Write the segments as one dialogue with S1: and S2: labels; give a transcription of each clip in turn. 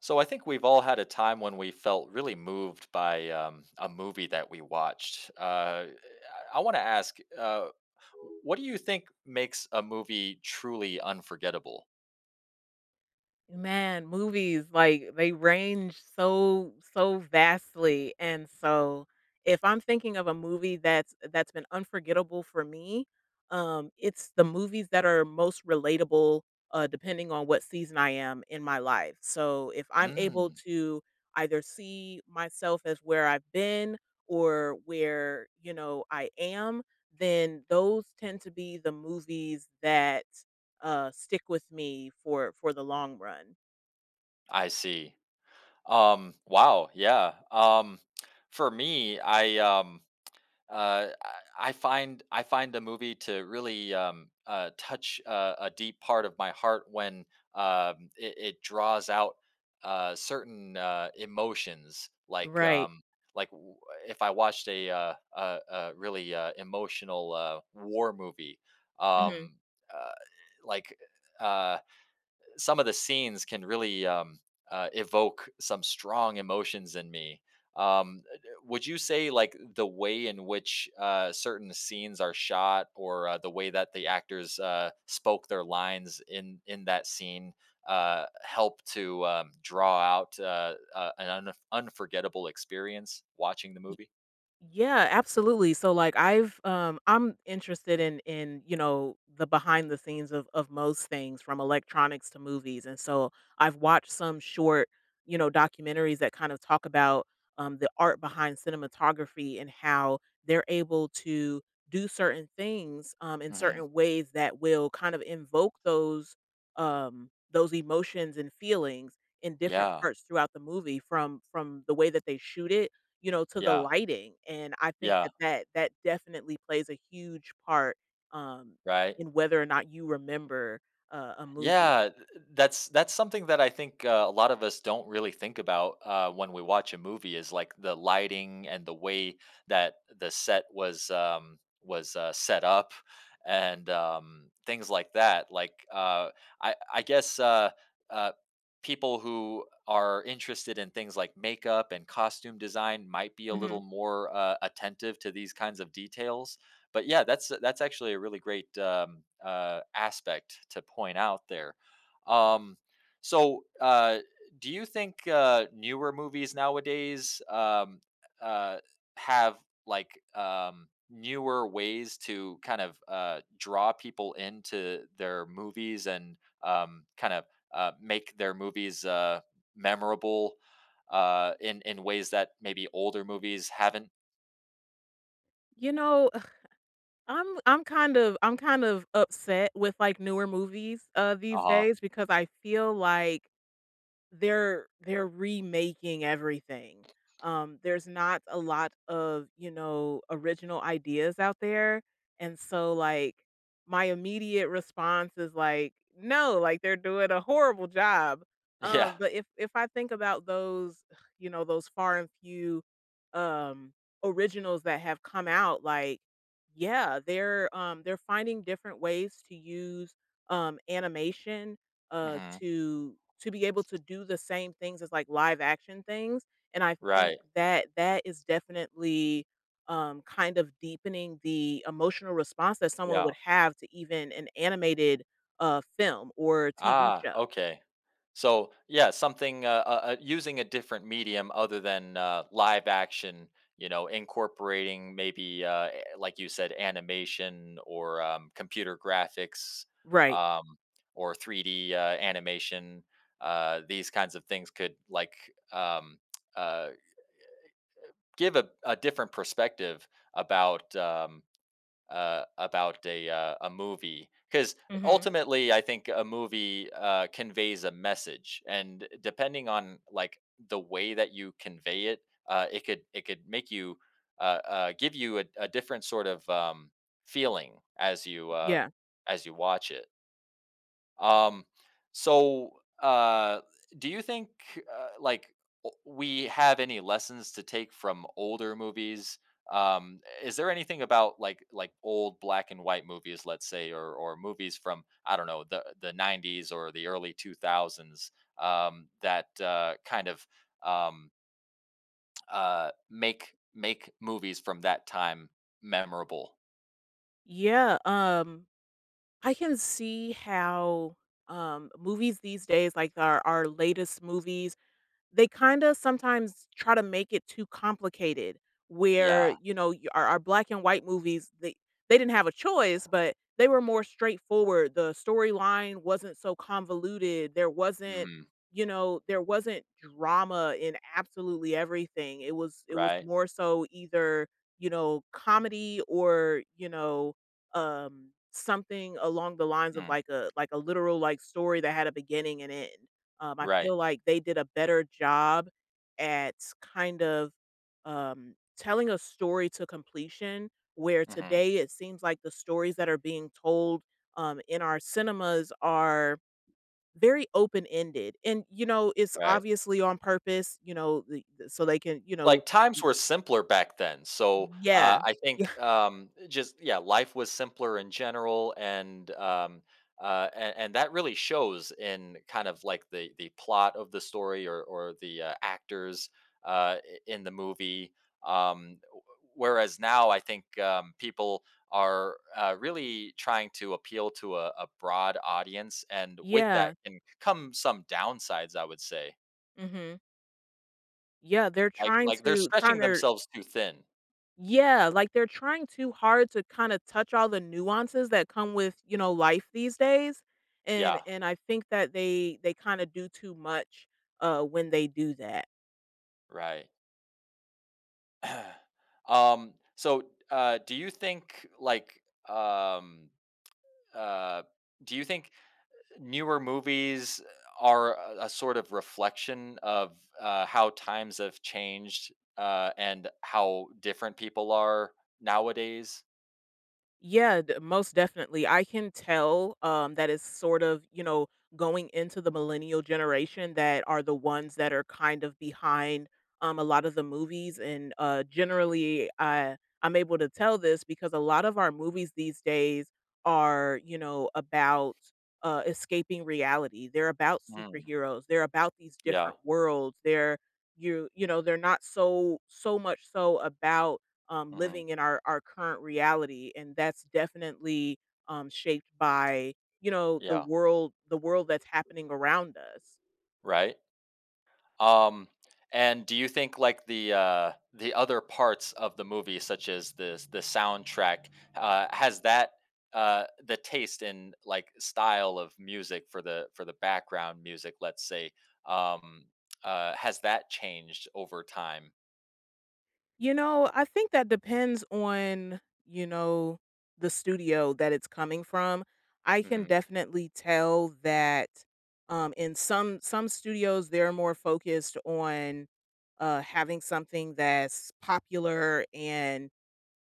S1: So I think we've all had a time when we felt really moved by a movie that we watched. I want to ask, what do you think makes a movie truly unforgettable?
S2: Man, movies, like, they range so vastly, and so, if I'm thinking of a movie that's been unforgettable for me, it's the movies that are most relatable, depending on what season I am in my life. So, if I'm able
S1: Mm,
S2: to either see myself as where I've been or where, you know, I am, then those tend to be the movies that stick with me for the long run.
S1: I see. Wow. Yeah. For me, I find a movie to really touch a deep part of my heart when it draws out certain emotions,
S2: Right.
S1: like if I watched a really emotional war movie,
S2: Hmm.
S1: um, uh, like. Uh, some of the scenes can really evoke some strong emotions in me. Um, uh, would you say like the way in which certain scenes are shot, or the way that the actors spoke their lines in that scene, help to draw out an unforgettable experience watching the movie?
S2: Yeah, absolutely. So like I've I'm interested in, you know, the behind the scenes of most things from electronics to movies. And so I've watched some short, you know, documentaries that kind of talk about the art behind cinematography and how they're able to do certain things in
S1: Hmm
S2: certain ways that will kind of invoke those emotions and feelings in different
S1: Yeah,
S2: parts throughout the movie from the way that they shoot it, you know, to the
S1: yeah,
S2: lighting, and I think
S1: yeah.
S2: that that definitely plays a huge part, um,
S1: Right.
S2: in whether or not you remember, a movie.
S1: Yeah, that's something that I think a lot of us don't really think about when we watch a movie, is like the lighting and the way that the set was set up and things like that. Like I guess uh, people who are interested in things like makeup and costume design might be a little
S2: Mhm.
S1: more attentive to these kinds of details, but yeah, that's actually a really great aspect to point out there. Um, so, do you think newer movies nowadays uh, have like newer ways to kind of draw people into their movies and kind of make their movies memorable in ways that maybe older movies haven't?
S2: You know, I'm kind of upset with, like, newer movies,
S1: Uh
S2: these
S1: huh.
S2: days because I feel like they're remaking everything. There's not a lot of, you know, original ideas out there, and so, like, my immediate response is like, "No, like, they're doing a horrible job."
S1: Yeah.
S2: But if I think about those, you know, those far and few, um, originals that have come out, like, yeah, they're finding different ways to use, animation
S1: hmm
S2: to be able to do the same things as like live action things, and I think
S1: Right.
S2: that that is definitely, kind of deepening the emotional response that someone
S1: Yeah.
S2: would have to even an animated, film or TV
S1: Ah,
S2: show.
S1: okay. So, yeah, something using a different medium other than live action, you know, incorporating maybe, like you said, animation or computer graphics
S2: Right.
S1: um, or 3D animation. These kinds of things could like um, uh, give a different perspective about um, about a movie, because
S2: Mhm.
S1: ultimately I think a movie conveys a message, and depending on like the way that you convey it, it could make you give you a different sort of feeling
S2: Yeah.
S1: as you watch it. Um, so, uh, do you think uh, like we have any lessons to take from older movies? Is there anything about like old black and white movies, let's say, or movies from I don't know the '90s or the early 2000s that kind of um, make movies from that time memorable?
S2: Yeah, I can see how, movies these days, like our latest movies, they kinda sometimes try to make it too complicated where,
S1: Yeah.
S2: you know, y our black and white movies, they didn't have a choice, but they were more straightforward. The storyline wasn't so convoluted. There wasn't,
S1: hmm
S2: you know, there wasn't drama in absolutely everything. It was
S1: Right.
S2: more so either, you know, comedy or, you know, something along the lines of
S1: Mm.
S2: like a literal, like, story that had a beginning and end. I
S1: Right.
S2: feel like they did a better job at kind of, telling a story to completion, where
S1: hmm
S2: today it seems like the stories that are being told, in our cinemas are very open-ended, and, you know, it's
S1: Right.
S2: obviously on purpose, you know, the so they can, you know.
S1: Like, times were simpler back then, so,
S2: Yeah.
S1: I
S2: Yeah.
S1: think, just yeah, life was simpler in general, and that really shows in kind of, like, the plot of the story or the, actors, I in the movie, w whereas now I think, people are, really trying to appeal to a broad audience, and with that
S2: Yeah.
S1: can come some downsides, I would say.
S2: Mhm. Yeah, they're trying
S1: Like, they're
S2: to trying
S1: stretching
S2: their—
S1: themselves too thin.
S2: yeah, like they're trying too hard to kinda touch all the nuances that come with, you know, life these days,
S1: Yeah.
S2: and I think that they kinda do too much, when they do that.
S1: Right. So, do you think like um uh do you think newer movies are a sort of reflection of how times have changed and how different people are nowadays?
S2: Most definitely. I can tell that it's sort of, you know, going into the millennial generation that are the ones that are kind of behind a lot of the movies. And generally, I'm able to tell this because a lot of our movies these days are, you know, about escaping reality. They're about
S1: Mm.
S2: superheroes. They're about these
S1: Yeah.
S2: different worlds. They're, you know, they're not so much so about
S1: hmm
S2: living in our current reality, and that's definitely shaped by, you know, the
S1: Yeah.
S2: world the world that's happening around us.
S1: Right. Um, and do you think like the other parts of the movie, such as this the soundtrack, has that the taste and like style of music for the background music, let's say, um has that changed over time?
S2: You know, I think that depends on, you know, the studio that it's coming from. I can
S1: Hmm
S2: definitely tell that in some studios they're more focused on having something that's popular and,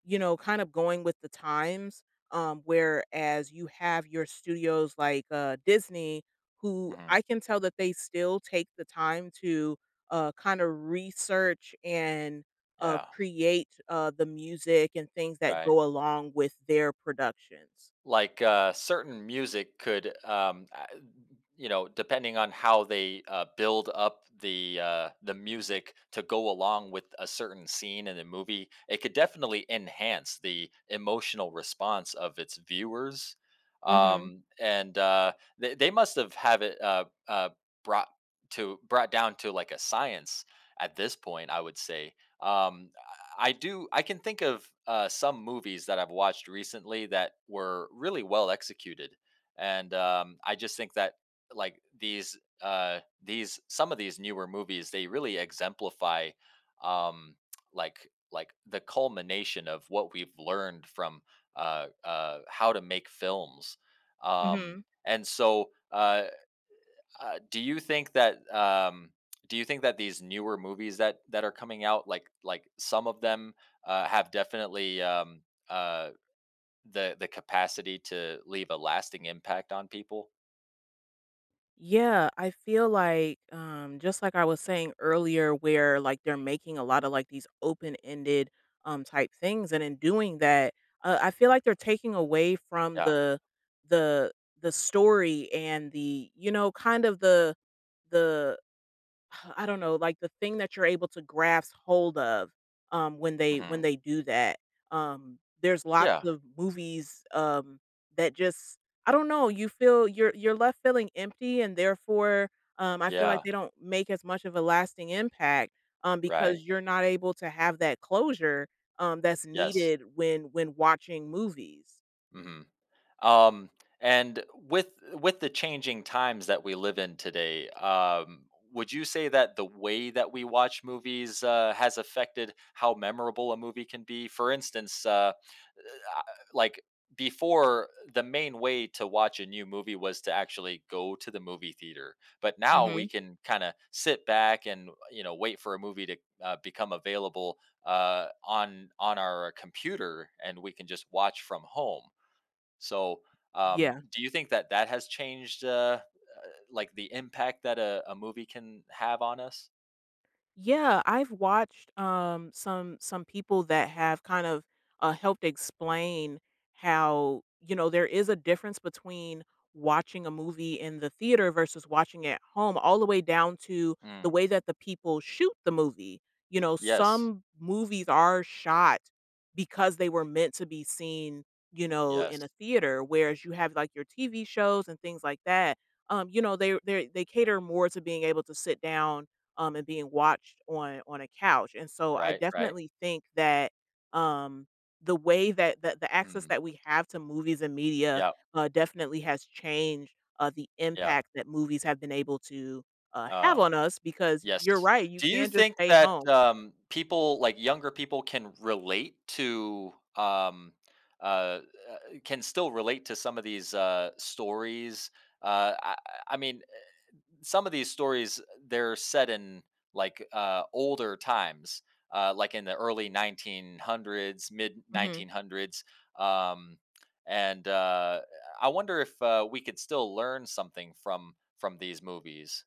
S2: you know, kind of going with the times. Whereas you have your studios like Disney, who
S1: hmm
S2: I can tell that they still take the time to kind of research and
S1: Yeah,
S2: create the music and things that
S1: right.
S2: go along with their productions.
S1: Like certain music could you know, depending on how they build up the music to go along with a certain scene in the movie, it could definitely enhance the emotional response of its viewers,
S2: Mm-hmm.
S1: and they must have it brought brought down to like a science at this point, I would say. um, I do. I can think of some movies that I've watched recently that were really well executed, and I just think that like these some of these newer movies, they really exemplify um, like the culmination of what we've learned from how to make films, um,
S2: Mm-hmm.
S1: and so. Do you think that these newer movies that that are coming out, like some of them have definitely uh, the capacity to leave a lasting impact on people?
S2: Yeah, I feel like, just like I was saying earlier, where like they're making a lot of like these open ended type things, and in doing that, I feel like they're taking away from
S1: Yeah.
S2: the the story and the, you know, kind of the I don't know, like, the thing that you're able to grasp hold of, when
S1: hmm
S2: they do that. There's lots
S1: Yeah.
S2: of movies, that just— I don't know, you feel you're left feeling empty, and therefore, I feel like
S1: Yeah.
S2: they don't make as much of a lasting impact,
S1: Right.
S2: because you're not able to have that closure, that's
S1: Yes.
S2: needed when watching movies.
S1: hmm Um, and with the changing times that we live in today, would you say that the way that we watch movies has affected how memorable a movie can be? For instance, uh, like before, the main way to watch a new movie was to actually go to the movie theater, but now we
S2: Mhm.
S1: can kind of sit back and you know wait for a movie to become available on our computer, and we can just watch from home. So
S2: Yeah.
S1: do you think that that has changed like the impact that a movie can have on us?
S2: Yeah, I've watched some people that have kind of helped explain how, you know, there is a difference between watching a movie in the theater versus watching it at home, all the way down to the
S1: Mm.
S2: way that the people shoot the movie. You know,
S1: Yes.
S2: some movies are shot because they were meant to be seen, you know, in
S1: Yes.
S2: a theater, whereas you have like your TV shows and things like that. You know, they they cater more to being able to sit down and being watched on a couch. And so I
S1: Right, right.
S2: definitely think that um, the way that the access
S1: Mm.
S2: that we have to movies and media
S1: Yeah.
S2: definitely has changed the
S1: Yeah.
S2: impact that movies have been able to have
S1: um,
S2: on us because
S1: Yes.
S2: you're right, you
S1: Do you
S2: can just
S1: think
S2: stay
S1: that,
S2: home.
S1: people like, younger people can relate to, uh, uh, can still relate to some of these, stories? Uh, I I mean, some of these stories, they're set in, like, older times, like, in the early 1900s,
S2: Hmm.
S1: mid-1900s, um, and, I wonder if, we could still learn something from these movies.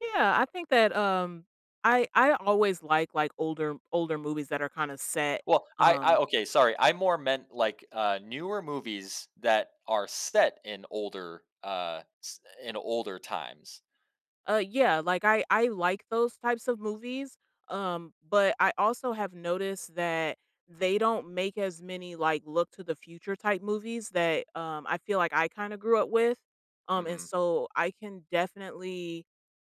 S2: Yeah, I think that, I always like older older movies that are kind of set.
S1: Well, I
S2: Um,
S1: okay, sorry. I more meant like, newer movies that are set in older, s in older times.
S2: Yeah, like I like those types of movies, but I also have noticed that they don't make as many like look to the future type movies that I feel like I kind of grew up with. And
S1: Mhm,
S2: so I can definitely,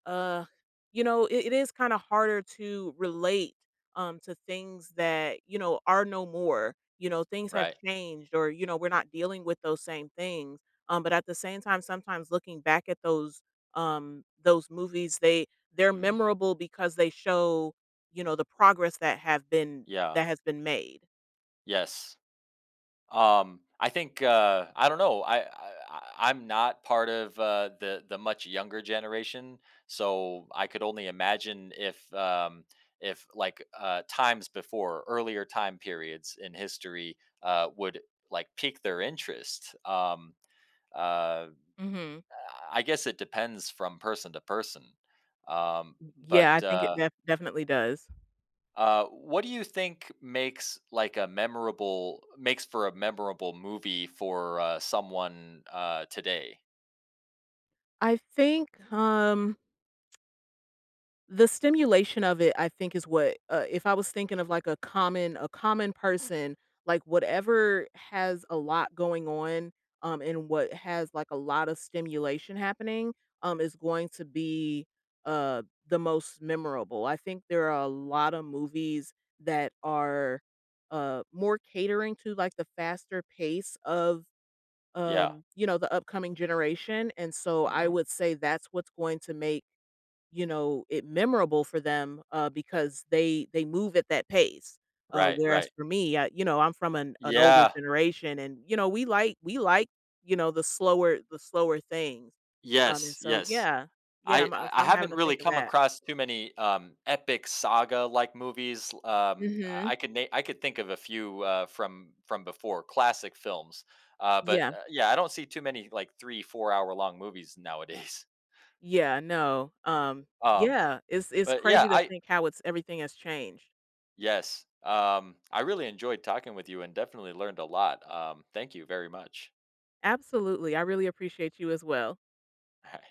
S2: uh you know, it is kind of harder to relate to things that, you know, are no more, you know, things have
S1: right.
S2: changed, or, you know, we're not dealing with those same things, but at the same time sometimes looking back at those movies, they— they're
S1: Mm,
S2: memorable because they show, you know, the progress that have been
S1: yeah,
S2: that has been made.
S1: yes. I think, I don't know, I'm not part of, the much younger generation, so I could only imagine if like, times before, earlier time periods in history, would, like, pique their interest, uh
S2: Hmm.
S1: I guess it depends from person to person. Um,
S2: Yeah,
S1: but
S2: I think it definitely does.
S1: what do you think makes like a memorable makes for a memorable movie for someone today?
S2: I think um the stimulation of it, I think, is what— if I was thinking of like a common person, like whatever has a lot going on, and what has like a lot of stimulation happening, is going to be uh the most memorable. I think there are a lot of movies that are more catering to like the faster pace of
S1: Yeah.
S2: you know, the upcoming generation, and so I
S1: hmm
S2: would say that's what's going to make, you know, it memorable for them, because they move at that pace.
S1: Right.
S2: Whereas
S1: Right.
S2: for me, I, you know, I'm from an older
S1: Yeah.
S2: generation, and you know, we like, you know, the slower things,
S1: Yes.
S2: and so
S1: Yes.
S2: yeah, yeah,
S1: I
S2: I'm,
S1: I
S2: if
S1: I
S2: I'm having
S1: haven't
S2: to
S1: really
S2: think of
S1: come
S2: that.
S1: across too many, epic saga-like movies,
S2: Hmm.
S1: I could think of a few, from before, classic films, but,
S2: Yeah,
S1: yeah, I don't see too many, like, 3, 4-hour long movies nowadays.
S2: yeah, no,
S1: um,
S2: yeah, it's
S1: but, yeah,
S2: crazy to
S1: I
S2: think how it's everything has changed.
S1: Yes, I really enjoyed talking with you and definitely learned a lot, thank you very much.
S2: Absolutely, I really appreciate you as well.
S1: Alright.